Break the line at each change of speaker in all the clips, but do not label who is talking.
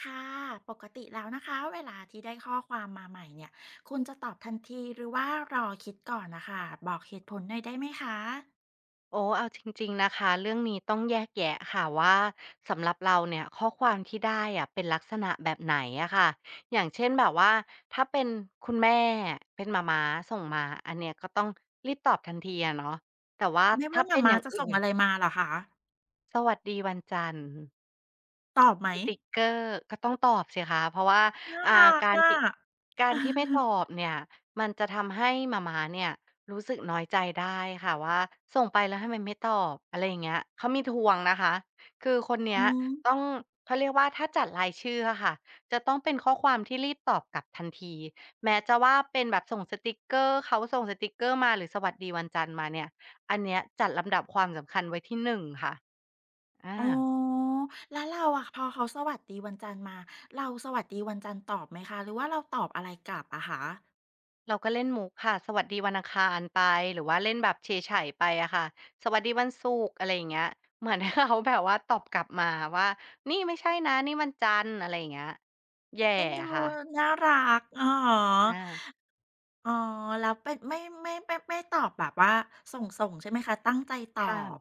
ค่ะปกติแล้วนะคะเวลาที่ได้ข้อความมาใหม่เนี่ยคุณจะตอบทันทีหรือว่ารอคิดก่อนนะคะบอกเหตุผลหน่อยได้ไหมคะ
โอ้เอาจริงๆนะคะเรื่องนี้ต้องแยกแยะค่ะว่าสำหรับเราเนี่ยข้อความที่ได้อะเป็นลักษณะแบบไหนอะค่ะอย่างเช่นแบบว่าถ้าเป็นคุณแม่เป็นม่าม้าส่งมาอันเนี้ยก็ต้องรีบตอบทันทีอะเนาะแต่ว่า
ไม่ว่า
ถ้า
หม่า
เป็นอ
ม้า
ย่าง
จะ
อื่
ส่ง
น
อะไรมาเหรอคะ
สวัสดีวันจันทร์
ตอบไหม
สติกเกอร์ก็ต้องตอบสิคะเพราะว่า
น่า
อ่า
รัก
การ
อะ
ที่การที่ไม่ตอบ เนี่ยมันจะทำให้หม่าม้าเนี่ยรู้สึกน้อยใจได้ค่ะว่าส่งไปแล้วทำไมไม่ตอบอะไรอย่างเงี้ยเขามีทวงนะคะคือคนเนี้
อื
ย
ม
ต้องเขาเรียกว่าถ้าจัดรายชื่ออะค่ะจะต้องเป็นข้อความที่รีบตอบกลับทันทีแม้จะว่าเป็นแบบส่งสติกเกอร์เขาส่งสติกเกอร์มาหรือสวัสดีวันจันทร์มาเนี่ยอันเนี้ยจัดลำดับความสำคัญไว้ที่1ค่ะอา
อ๋อแล้วเราอะพอเขาสวัสดีวันจันทร์มาเราสวัสดีวันจันทร์ตอบไหมคะหรือว่าเราตอบอะไรกลับอะคะ
เราก็เล่นมุกค่ะสวัสดีวันอังคารไปหรือว่าเล่นแบบเฉยๆไปอะค่ะสวัสดีวันศุกร์อะไรอย่างเงี้ยเหมือน เขาแบบว่าตอบกลับมาว่านี่ไม่ใช่นะนี่วันจันทร์อะไรอย่างเงี้ยแย่
เอ็นดู
ค่ะ
น่ารักอ๋อ
อา
อ๋อแล้วเป็นไม่ตอบแบบว่าส่งๆใช่ไหมคะตั้งใจตอ
ค่ะ
บ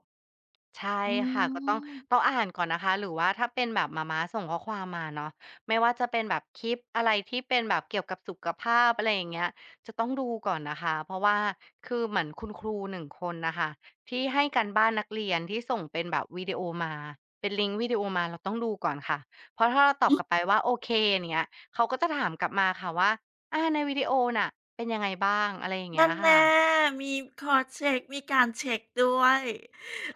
ใช่
อื
ค่ะก็ต้อง
ม
อ่านก่อนนะคะหรือว่าถ้าเป็นแบบมาส่งข้อความมาเนาะไม่ว่าจะเป็นแบบคลิปอะไรที่เป็นแบบเกี่ยวกับสุขภาพอะไรอย่างเงี้ยจะต้องดูก่อนนะคะเพราะว่าคือเหมือนคุณครูหนึ่งคนนะคะที่ให้การบ้านนักเรียนที่ส่งเป็นแบบวิดีโอมาเป็นลิงก์วิดีโอมาเราต้องดูก่อนค่ะเพราะถ้าเราตอ
อื
บ
อ
กลับไปว่าโอเคอย่างเนี้ยเขาก็จะถามกลับมาค่ะว่าในวิดีโอน่ะเป็นยังไงบ้างอะไรอย่างเงี้
นั่
ย
นแน่
ค่ะ
มีคอเช็กมีการเช็กด้วย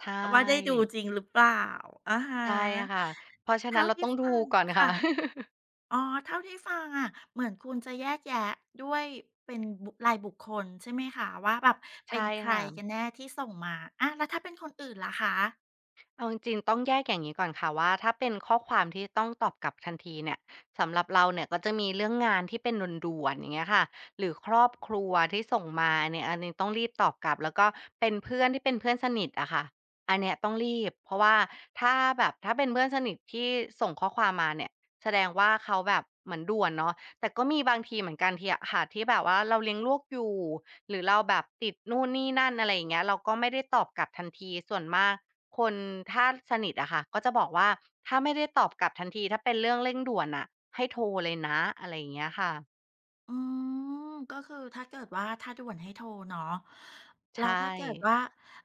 ใช่
ว่าได้ดูจริงหรือเปล่าอะฮะ
ใช่ค่ะ เพราะฉะนั้
เท่า
นเรา
ที่
ต้องดู
ฟัง
ก่อนค่ะ
ค่ะ อ๋อเท่าที่ฟังอะเหมือนคุณจะแยกแยะด้วยเป็นบุรายบุคคลใช่ไหมคะว่าแบบเป็น
ใช่
ใคร
ค่ะ
กันแน่ที่ส่งมาอาแล้วถ้าเป็นคนอื่นล่ะคะ
เอาจริงๆต้องแยกอย่างนี้ก่อนค่ะว่าถ้าเป็นข้อความที่ต้องตอบกลับทันทีเนี่ยสำหรับเราเนี่ยก็จะมีเรื่องงานที่เป็นด่วนๆอย่างเงี้ยค่ะหรือครอบครัวที่ส่งมาเนี่ยอันนี้ต้องรีบตอบกลับแล้วก็เป็นเพื่อนที่เป็นเพื่อนสนิทอะค่ะอันเนี้ยต้องรีบเพราะว่าถ้าแบบถ้าเป็นเพื่อนสนิทที่ส่งข้อความมาเนี่ยแสดงว่าเขาแบบเหมือนด่วนเนาะแต่ก็มีบางทีเหมือนกันที่อะค่ะที่แบบว่าเราเลี้ยงลูกอยู่หรือเราแบบติดนู่นนี่นั่นอะไรอย่างเงี้ยเราก็ไม่ได้ตอบกลับทันทีส่วนมาก คนถ้าสนิทอะค่ะก็จะบอกว่าถ้าไม่ได้ตอบกลับทันทีถ้าเป็นเรื่องเร่งด่วนน่ะให้โทรเลยนะอะไรอย่างเงี้ยค่ะ
อืมก็คือถ้าเกิดว่าถ้าด่วนให้โทรเนาะ
ใช
แล้วถ้า
่
เกิดว่า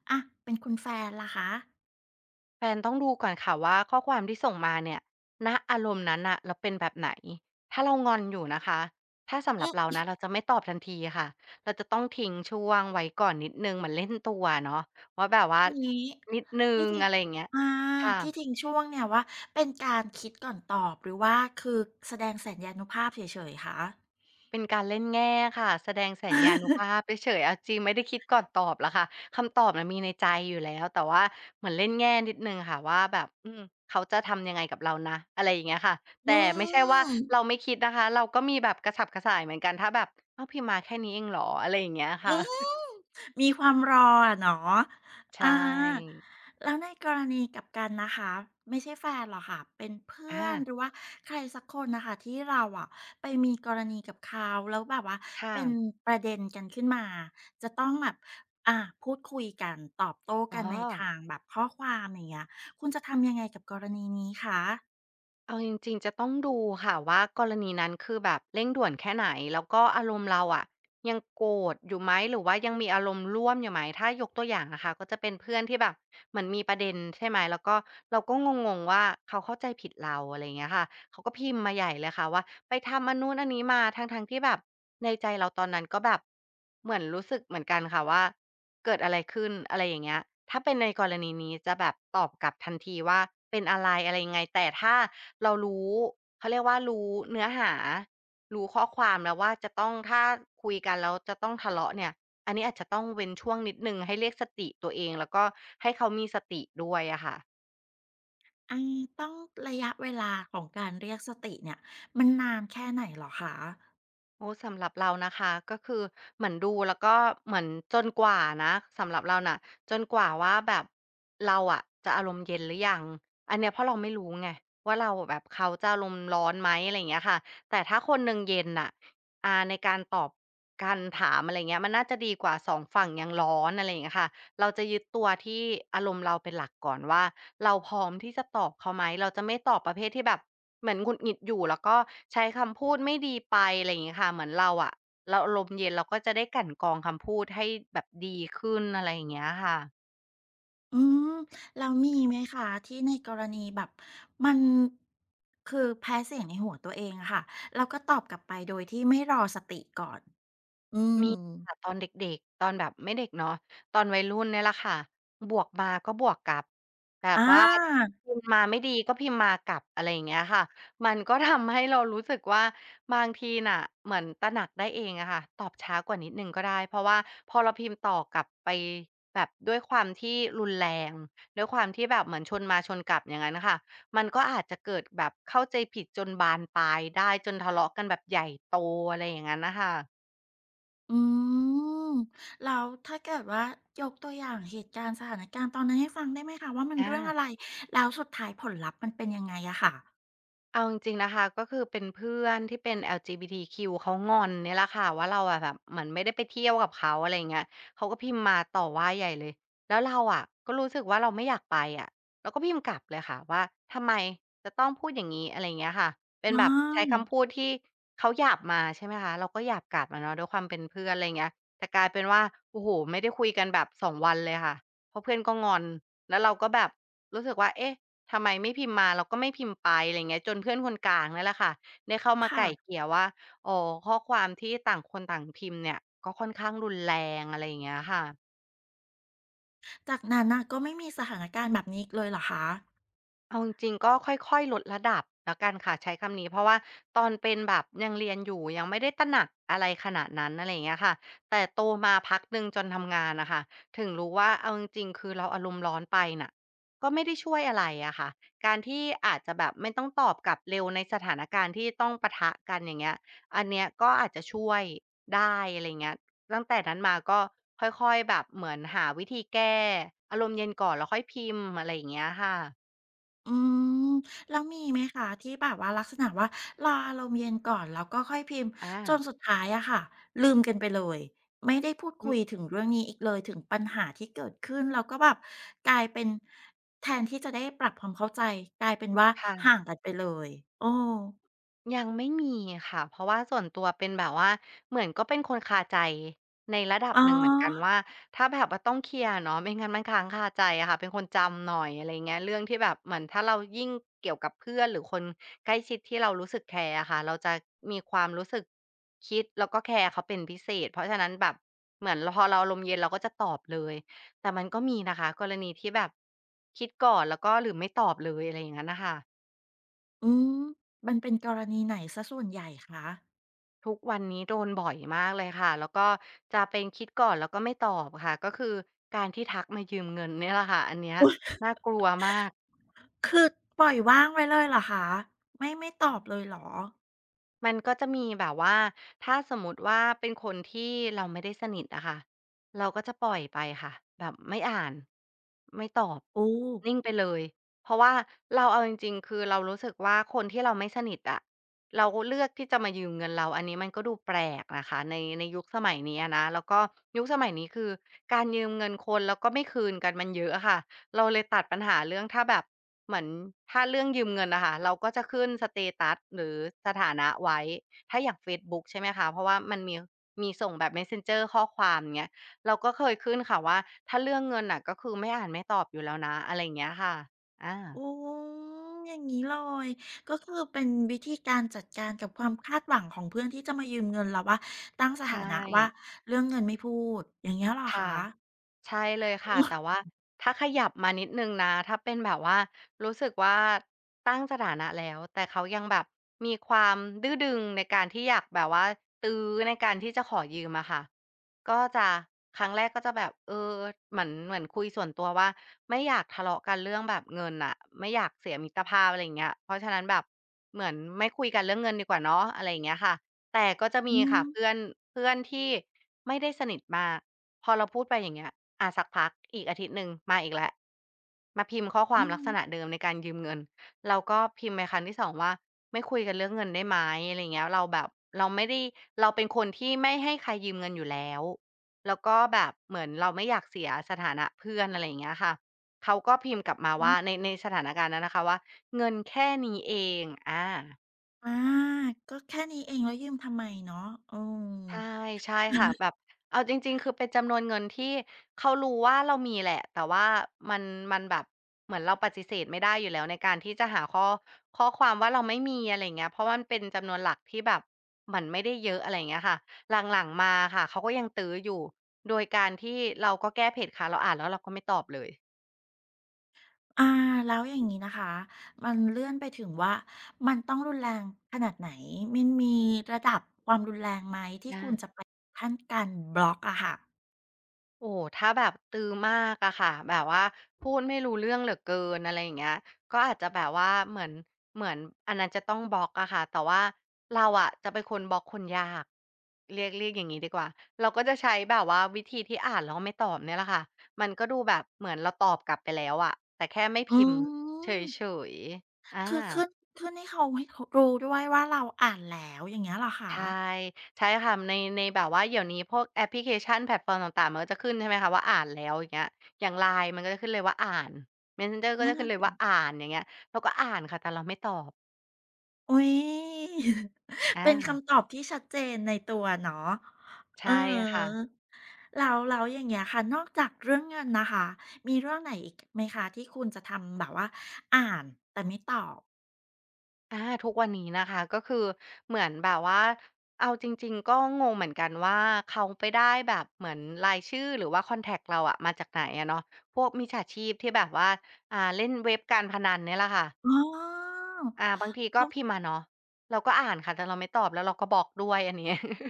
อะเป็นคุณแฟนล่ะคะ
แฟนต้องดูก่อนค่ะว่าข้อความที่ส่งมาเนี่ยณอารมณ์นั้นน่ะเราเป็นแบบไหนถ้าเรางอนอยู่นะคะถ้าสำห
อื
รับเรา
ม
นะเราจะไม่ตอบทันทีค่ะเราจะต้องทิ้งช่วงไว้ก่อนนิดหนึ่งเหมือนเล่นตัวอะเนาะว่าแบบว่า
อันนี้
นิดหนึ่
ที่
ง
ทิ้ง
อะไรอย่างเงี้ย
อา
ค
ที่ทิ้ง
่ะ
ช่วงเนี่ยว่าเป็นการคิดก่อนตอบหรือว่าคือแสดงสัญญานุภาพเฉยๆคะ
เป็นการเล่นแง่ค่ะแสดงสัญญานุภาพเฉยๆเอาจริงไม่ได้คิดก่อนตอบหรอกค่ะคำตอบน่ะมีในใจอยู่แล้วแต่ว่าเหมือนเล่นแง่นิดหนึ่งค่ะว่าแบบอืมเขาจะทำยังไงกับเรานะอะไรอย่างเงี้ยค่ะ
อื
แต่ไม่ใช่ว่า
ม
เราไม่คิดนะคะเราก็มีแบบกระฉับกระส่ายเหมือนกันถ้าแบบอ้าวพิมพ์มาแค่นี้เองเหรออะไรอย่างเงี้ย
อื
ค่ะ
ม มีความรออะเนาะอา
ใช่
แล้วในกรณีกลับกันนะคะไม่ใช่แฟนหรอกค่ะ เป็นเพื่
อา
อนหรือว่าใครสักคนน่ะค่ะที่เราอะไปมีกรณีกับเขาแล้วแบบว่า
ค่ะ
เป็นประเด็นกันขึ้นมาจะต้องแบบอ่าพูดคุยกันตอบโต้
อ๋อ
กันในทางแบบข้อความอย่างเงี้ยคุณจะทำยังไงกับกรณีนี้คะ
เอาจริงๆจะต้องดูค่ะว่ากรณีนั้นคือแบบเร่งด่วนแค่ไหนแล้วก็อารมณ์เราอะยังโกรธอยู่ไหมหรือว่ายังมีอารมณ์ร่วมอยู่ไหมถ้ายกตัวอย่างนะคะก็จะเป็นเพื่อนที่แบบเหมือนมีประเด็นใช่ไหมแล้วก็เราก็งงๆว่าเขาเข้าใจผิดเราอะไรอย่างเงี้ยค่ะเขาก็พิมพ์มาใหญ่เลยค่ะว่าไปทำอันนู้นอันนี้มาทั้งๆที่แบบในใจเราตอนนั้นก็แบบเหมือนรู้สึกเหมือนกันค่ะว่าเกิดอะไรขึ้นอะไรอย่างเงี้ยถ้าเป็นในกรณีนี้จะแบบตอบกลับทันทีว่าเป็นอะไรอะไรยังไงแต่ถ้า เรารู้เขาเรียกว่ารู้เนื้อหารู้ข้อความแล้วว่าจะต้องถ้าคุยกันแล้วจะต้องทะเลาะเนี่ยอันนี้อาจจะต้องเว้นช่วงนิดหนึ่งให้เรียกสติตัวเองแล้วก็ให้เขามีสติด้วยอะค่ะ
อาต้องระยะเวลาของการเรียกสติเนี่ยมันนานแค่ไหนเหรอคะ
โอ้สำหรับเรานะคะก็คือเหมือนดูแล้วก็เหมือนจนกว่านะสำหรับเราน่ะจนกว่าว่าแบบเราอะจะอารมณ์เย็นหรือยังอันเนี้ยเพราะเราไม่รู้ไงว่าเราแบบเขาจะอารมณ์ร้อนไหมอะไรอย่างเงี้ยค่ะแต่ถ้าคนหนึ่งเย็นน่ะในการตอบการถามอะไรเงี้ยมันน่าจะดีกว่าสองฝั่งยังร้อนอะไรอย่างเงี้ยค่ะเราจะยึดตัวที่อารมณ์เราเป็นหลักก่อนว่าเราพร้อมที่จะตอบเขาไหมเราจะไม่ตอบประเภทที่แบบ เหมือนหงุดหงิดอยู่แล้วก็ใช้คำพูดไม่ดีไปอะไรอย่างงี้ค่ะเหมือนเราอะเราอารมณ์เย็นเราก็จะได้กลั่นกรองคำพูดให้แบบดีขึ้นอะไรอย่างเงี้ยค่ะ
อืมแล้วมีไหมคะที่ในกรณีแบบมันคือแพ้เสียงในหัวตัวเองอะค่ะแล้วก็ตอบกลับไปโดยที่ไม่รอสติก่อนอื
มี
ม
ค่ะตอนเด็กๆตอนแบบไม่เด็กเนาะตอนวัยรุ่นเนี่ยแหละค่ะบวกมาก็บวกกลับแบ
อ
บว่า
า
พิมพ์มาไม่ดีก็พิมพ์มากลับอะไรอย่างเงี้ยค่ะมันก็ทำให้เรารู้สึกว่าบางทีน่ะเหมือนตระหนักได้เองอะค่ะตอบช้ากว่านิดหนึ่งก็ได้เพราะว่าพอเราพิมพ์ต่อกลับไปแบบด้วยความที่รุนแรงด้วยความที่แบบเหมือนชนมาชนกลับอย่างงั้นน่ะค่ะมันก็อาจจะเกิดแบบเข้าใจผิดจนบานปลายได้จนทะเลาะกันแบบใหญ่โตอะไรอย่างงั้นน่ะค่ะ
อืมแล้วถ้าเกิดว่ายกตัวอย่างเหตุการณ์สถานการณ์ตอนนั้นให้ฟังได้ไหมคะว่ามัน
อา
เรื่องอะไรแล้วสุดท้ายผลลัพธ์มันเป็นยังไงอะค่ะ
เอาจริงๆนะคะก็คือเป็นเพื่อนที่เป็น LGBTQ เขางอนเนี่ยแหละค่ะว่าเราอะแบบเหมือนไม่ได้ไปเที่ยวกับเขาอะไรงเงี้ยเขาก็พิมพ์มาต่อว่าใหญ่เลยแล้วเราอะก็รู้สึกว่าเราไม่อยากไปอะเราก็พิมพ์กลับเลยค่ะว่าทำไมจะต้องพูดอย่างนี้อะไรเงี้ยค่ะเป็น
อ
แบบใช้คำ
า
พูดที่เขาหยาบมาใช่ไหมคะเราก็หยาบกลับมาเนาะด้วยความเป็นเพื่อนอะไรเงี้ยแต่กลายเป็นว่าโอ้โหไม่ได้คุยกันแบบ2วันเลยค่ะเพราะเพื่อนก็งอนแล้วเราก็แบบรู้สึกว่าเอ๊ะ ทำไมไม่พิมพ์มาเราก็ไม่พิมพ์ไปอะไรเงี้ยจนเพื่อนคนกลางนี่นแหละค่ะได้เข้ามาไกล่เก
ค่ะ
ลี่ยว่าอ๋อข้อความที่ต่างคนต่างพิมพ์เนี่ยก็ค่อนข้างรุนแรงอะไรอย่างเงี้ยค่ะ
จากนั้นน่ะก็ไม่มีสถานการณ์แบบนี้อีกเลยเหรอคะ
เอาจริงๆก็ค่อยๆลดระดับแล้วกันค่ะใช้คำนี้เพราะว่าตอนเป็นแบบยังเรียนอยู่ยังไม่ได้ตระหนักอะไรขนาดนั้นอะไรอย่างเงี้ยค่ะแต่โตมาพักหนึ่งจนทำงานน่ะค่ะถึงรู้ว่าเอาจริงๆคือเราอารมณ์ร้อนไปน่ะก็ไม่ได้ช่วยอะไรอะค่ะการที่อาจจะแบบไม่ต้องตอบกลับเร็วในสถานการณ์ที่ต้องปะทะกันอย่างเงี้ยอันเนี้ยก็อาจจะช่วยได้อะไรอย่างเงี้ยตั้งแต่นั้นมาก็ค่อยๆแบบเหมือนหาวิธีแก้อารมณ์เย็นก่อนแล้วค่อยพิมพ์อะไรอย่างเงี้ยค่ะ
อืมแล้วมีไหมคะที่แบบว่าลักษณะว่ารออารมณ์เย็นก่อนแล้วก็ค่อยพิมพ์
อา
จนสุดท้ายอะค่ะลืมกันไปเลยไม่ได้พูด
อื
คุ
ม
ยถึงเรื่องนี้อีกเลยถึงปัญหาที่เกิดขึ้นแล้วก็แบบกลายเป็นแทนที่จะได้ปรับความเข้าใจกลายเป็นว่าห่าง
ค่ะ
กันไปเลยโอ้
ยังไม่มีค่ะเพราะว่าส่วนตัวเป็นแบบว่าเหมือนก็เป็นคนคาใจในระดับ
อ๋อ
หนึ่งเหมือนกันว่าถ้าแบบว่าต้องเคลียร์เนาะไม่งั้นมันค้างคาใจอะค่ะเป็นคนจำหน่อยอะไรเงี้ยเรื่องที่แบบเหมือนถ้าเรายิ่งเกี่ยวกับเพื่อนหรือคนใกล้ชิดที่เรารู้สึกแคร์อะค่ะเราจะมีความรู้สึกคิดแล้วก็แคร์เขาเป็นพิเศษเพราะฉะนั้นแบบเหมือนพอเราอารมณ์เย็นเราก็จะตอบเลยแต่มันก็มีนะคะกรณีที่แบบคิดก่อนแล้วก็หรือไม่ตอบเลยอะไรอย่างนั้นน่ะค่ะ
อืมมันเป็นกรณีไหนเสียส่วนใหญ่คะ
ทุกวันนี้โดนบ่อยมากเลยค่ะ แล้วก็จะเป็นคิดก่อนแล้วก็ไม่ตอบค่ะ ก็คือการที่ทักมายืมเงินเนี่ยแหละค่ะ อันเนี้ย
อุ๊ย
น่ากลัวมาก
คือปล่อยว่างไว้เลยเหรอคะไม่ตอบเลยเหรอ
มันก็จะมีแบบว่าถ้าสมมุติว่าเป็นคนที่เราไม่ได้สนิทอะค่ะเราก็จะปล่อยไปค่ะแบบไม่อ่านไม่ตอบ
โอ้
นิ่งไปเลยเพราะว่าเราเอาจริงๆคือเรารู้สึกว่าคนที่เราไม่สนิทอะเราเลือกที่จะมายืมเงินเราอันนี้มันก็ดูแปลกนะคะในยุคสมัยนี้อะนะแล้วก็ยุคสมัยนี้คือการยืมเงินคนแล้วก็ไม่คืนกันมันเยอะอะค่ะเราเลยตัดปัญหาเรื่องถ้าแบบ เหมือนถ้าเรื่องยืมเงินนะคะเราก็จะขึ้นสเตตัสหรือสถานะไว้ถ้าอย่างเฟซบุ๊กใช่ไหมคะเพราะว่ามันมีส่งแบบ Messenger ข้อความเงี้ยเราก็เคยขึ้นค่ะว่าถ้าเรื่องเงินน่ะก็คือไม่อ่านไม่ตอบอยู่แล้วนะอะไรอย่างเงี้ยค่ะอา
โอ้อย่างงี้เลยก็คือเป็นวิธีการจัดการกับความคาดหวังของเพื่อนที่จะมายืมเงินเราว่าตั้งสถา
ใช่
นะว่าเรื่องเงินไม่พูดอย่างเงี้ยเหรอคะ
ค่ะ ใช่เลยค่ะ
อ
แต่ว่าถ้าขยับมานิดหนึ่งนะถ้าเป็นแบบว่ารู้สึกว่าตั้งสถานะแล้วแต่เขายังแบบมีความดื้อดึงในการที่อยากแบบว่าตื้อในการที่จะขอยืมอะค่ะก็จะครั้งแรกก็จะแบบเหมือนคุยส่วนตัวว่าไม่อยากทะเลาะกันเรื่องแบบเงินอะไม่อยากเสียมิตรภาพอะไรอย่างเงี้ยเพราะฉะนั้นแบบเหมือนไม่คุยกันเรื่องเงินดีกว่าเนาะอะไรอย่างเงี้ยค่ะแต่ก็จะมี
ื
ค่ะ
ม
เพื่อนเพื่อนที่ไม่ได้สนิทมาก พอเราพูดไปอย่างเงี้ยสักพักอีกอาทิตย์หนึ่งมาอีกแล้วมาพิมพ์ข้อค
อื
วามลักษณะ
ม
เดิมในการยืมเงิน เราก็พิมพ์ไปครั้งที่2ว่าไม่คุยกันเรื่องเงินได้ไหมอะไรอย่างเงี้ยเราแบบเราไม่ได้เราเป็นคนที่ไม่ให้ใครยืมเงินอยู่แล้ว แล้วก็แบบเหมือนเราไม่อยากเสียสถานะเพื่อนอะไรอย่างเงี้ยค่ะเขาก็พิมพ์กลับมาว่าในสถานการณ์นั้นนะคะว่าเงินแค่นี้เองอา
อาก็แค่นี้เองแล้วยืมทำไมเนาะเออ
ใช่ใช่ค่ะแบบเอาจริงๆคือเป็นจำนวนเงินที่เขารู้ว่าเรามีแหละแต่ว่ามันมันแบบเหมือนเราปฏิเสธไม่ได้อยู่แล้วในการที่จะหาข้อข้อความว่าเราไม่มีอะไรอย่างเงี้ยเพราะมันเป็นจำนวนหลักที่แบบมันไม่ได้เยอะอะไรอย่างเงี้ยค่ะหลังๆมาค่ะเขาก็ยังตื้ออยู่โดยการที่เราก็แก้เพจค่ะเราอ่านแล้วเราก็ไม่ตอบเลย
อาแล้วอย่างงี้นะคะ มันเลื่อนไปถึงว่ามันต้องรุนแรงขนาดไหนมันมีระดับความรุนแรงไหมที่
อา
คุณจะไปขั้นการบล็อกอะค่ะ
โอ้ถ้าแบบตื้อมากอะค่ะแบบว่าพูดไม่รู้เรื่องเหลือเกินอะไรอย่างเงี้ยก็อาจจะแบบว่าเหมือนอันนั้นจะต้องบล็อกอะค่ะแต่ว่าเราอะจะเป็นคนบล็อกคนยากเรียกอย่างงี้ดีกว่า เราก็จะใช้แบบว่าวิธีที่อ่านแล้วไม่ตอบเนี่ยแหละค่ะมันก็ดูแบบเหมือนเราตอบกลับไปแล้วอะแต่แค่ไม่
อื
พิมพ์เฉ
ม
ยๆ
คือขึ้นให้เขาให้เขารู้ด้วยว่าเราอ่านแล้วอย่างเงี้ยเหรอคะ
ใช่ใช่ค่ะในแบบว่าเดี๋ยวนี้พวกแอปพลิเคชันแพลตฟอร์มต่างๆมันก็จะขึ้นใช่ไหมคะว่าอ่านแล้วอย่างเงี้ยอย่าง LINE มันก็จะขึ้นเลยว่าอ่าน Messenger ก็
นั่
จะ
น
ขึ้น
น่ะ
เลย
สิ
ว่าอ่านอย่างเงี้ยเราก็อ่านค่ะแต่เราไม่ตอบ
อุ๊ย
อา
เป็นคำตอบที่ชัดเจนในตัวเนาะเอื
ใช่
อฮ
ค่ะ
ึแล้วอย่างเงี้ยค่ะนอกจากเรื่องเงินนะคะมีเรื่องไหนอีกไหมคะที่คุณจะทำแบบว่าอ่านแต่ไม่ตอบ
อาทุกวันนี้นะคะก็คือเหมือนแบบว่าเอาจริงๆก็งงเหมือนกันว่าเขาไปได้แบบเหมือนรายชื่อหรือว่าคอนแท็กต์เราอะมาจากไหนอะเนาะพวกมิจฉาชีพที่แบบว่าเล่นเว็บการพนันเนี่ยแหละค่ะ
อ๋อ
บางทีก็พิมพ์มาเนาะเราก็อ่านค่ะแต่เราไม่ตอบแล้วเราก็บล็อกด้วยอันนี้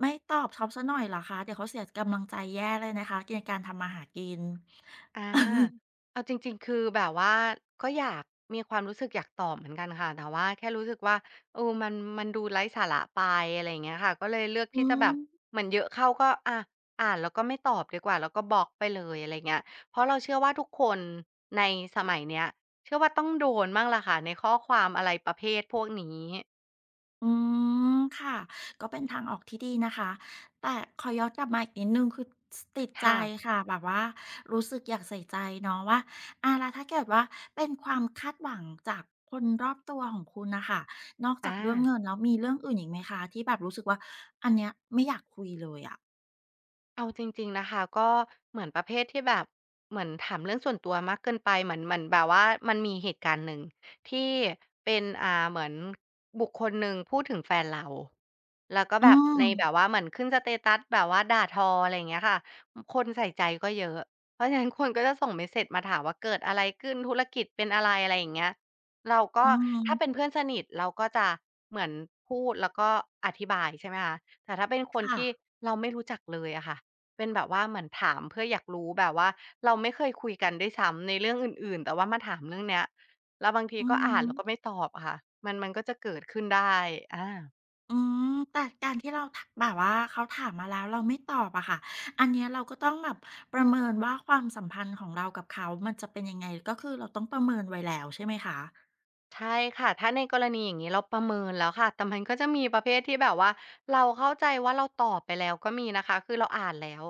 ไม่ตอบเขาสีหน่อยเหรอคะเดี๋ยวเขาเสียกำลังใจแย่เลยนะคะในการทำมาหากิน
อาเอาจริงๆคือแบบว่าก็อยากมีความรู้สึกอยากตอบเหมือนกันค่ะแต่ว่าแค่รู้สึกว่าเออมันมันดูไร้สาระไปอะไรอย่างเงี้ยค่ะก็เลยเลือก
อื
ที่จะแบ
ม
บเหมือนเยอะเข้าก็อะอ่านแล้วก็ไม่ตอบดีกว่าแล้วก็บล็อกไปเลยอะไรเงี้ยเพราะเราเชื่อว่าทุกคนในสมัยเนี้ยเชื่อว่าต้องโดนบ้างละค่ะในข้อความอะไรประเภทพวกนี้
อืมค่ะก็เป็นทางออกที่ดีนะคะแต่ขอย้อนกลับมาอีกนิดนึงคือสติดใจ
ค่ะ
ค่ะแบบว่ารู้สึกอยากใส่ใจเนาะว่าอาแล้วถ้าเกิดว่าเป็นความคาดหวังจากคนรอบตัวของคุณน่ะค่ะนอกจากเรื่อง
อา
เงินแล้วมีเรื่องอื่นอีกไหมคะที่แบบรู้สึกว่าอันเนี้ยไม่อยากคุยเลยอะ
เอาจริงๆนะคะก็เหมือนประเภทที่แบบเหมือนถามเรื่องส่วนตัวมากเกินไปเหมือนแบบว่ามันมีเหตุการณ์หนึ่งที่เป็นเหมือนบุคคลหนึ่งพูดถึงแฟนเราแล้วก็
อื
แบบ
ม
ในแบบว่าเหมือนขึ้นสเตตัสแบบว่าด่าทออะไรอย่างเงี้ยค่ะคนใส่ใจก็เยอะเพราะฉะนั้นคนก็จะส่งเมสเซจมาถามว่าเกิดอะไรขึ้นธุรกิจเป็นอะไรอะไรอย่างเงี้ยเรา
อื
ก็ถ้าเป็น
ม
เพื่อนสนิทเราก็จะเหมือนพูดแล้วก็อธิบายใช่ไหมคะแต่ถ้าเป็นคน
ค่ะ
ที่เราไม่รู้จักเลยอะค่ะ เป็นแบบว่าเหมือนถามเพื่ออยากรู้แบบว่าเราไม่เคยคุยกันด้วยซ้ำในเรื่องอื่นๆแต่ว่ามาถามเรื่องเนี้ยแล้วบางที
อือ
ก็
ฮึ
อ่านแล้วก็ไม่ตอบอะค่ะมันก็จะเกิดขึ้นได้อา
อืมแต่การที่เราถามแบบว่าเขาถามมาแล้วเราไม่ตอบอะค่ะอันเนี้ยเราก็ต้องแบบประเมินว่าความสัมพันธ์ของเรากับเขา มันจะเป็นยังไงก็คือเราต้องประเมินไว้แล้วใช่ไหมคะ
ใช่ค่ะถ้าในกรณีอย่างนี้เราประเมินแล้วค่ะแต่มันก็จะมีประเภทที่แบบว่าเราเข้าใจว่าเราตอบไปแล้วก็มีนะคะคือเราอ่านแล้ว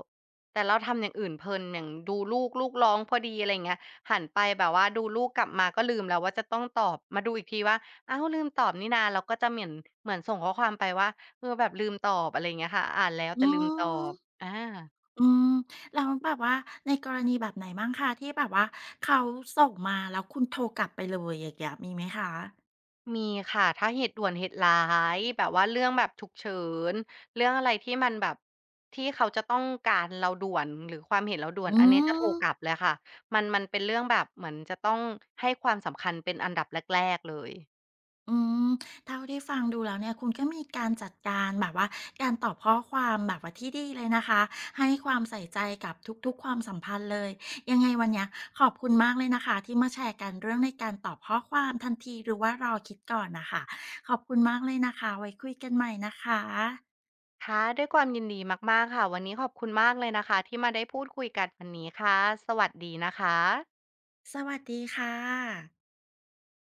แต่เราทำอย่างอื่นเพลินอย่างดูลูกลูกร้องพอดีอะไรอย่างเงี้ยหันไปแบบว่าดูลูกกลับมาก็ลืมแล้วว่าจะต้องตอบมาดูอีกทีว่าอ้าวลืมตอบนี่นาเราก็จะเหมือนส่งข้อความไปว่าแบบลืมตอบอะไรอย่างเงี้ยค่ะอ่านแล้ว
อื
แต่ลื
ม
มตอบอา
อืมแล้วแบบว่าในกรณีแบบไหนบ้างคะที่แบบว่าเขาส่งมาแล้วคุณโทรกลับไปเลยอย่างเงี้ยมีไหมคะ
มีค่ะถ้าเหตุด่วนเหตุร้ายแบบว่าเรื่องแบบฉุกเฉินเรื่องอะไรที่มันแบบที่เขาจะต้องการเราด่วนหรือความเห็นเราด่วน
อื
อันนี้จะโทรกลั
ม
บเลยค่ะมันเป็นเรื่องแบบเหมือนจะต้องให้ความสำคัญเป็นอันดับแรกๆเลย
อืมเท่าที่ฟังดูแล้วเนี่ยคุณก็มีการจัดการแบบว่าการตอบข้อความแบบว่าที่ดีเลยนะคะให้ความใส่ใจกับทุกๆความสัมพันธ์เลยยังไงวันเนี้ยขอบคุณมากเลยนะคะที่มาแชร์กันเรื่องในการตอบข้อความทันทีหรือว่ารอคิดก่อนนะคะขอบคุณมากเลยนะคะไว้คุยกันใหม่นะคะ
ค่ะด้วยความยินดีมากๆค่ะวันนี้ขอบคุณมากเลยนะคะที่มาได้พูดคุยกันวันนี้ค่ะสวัสดีนะคะ
สวัสดีค่ะ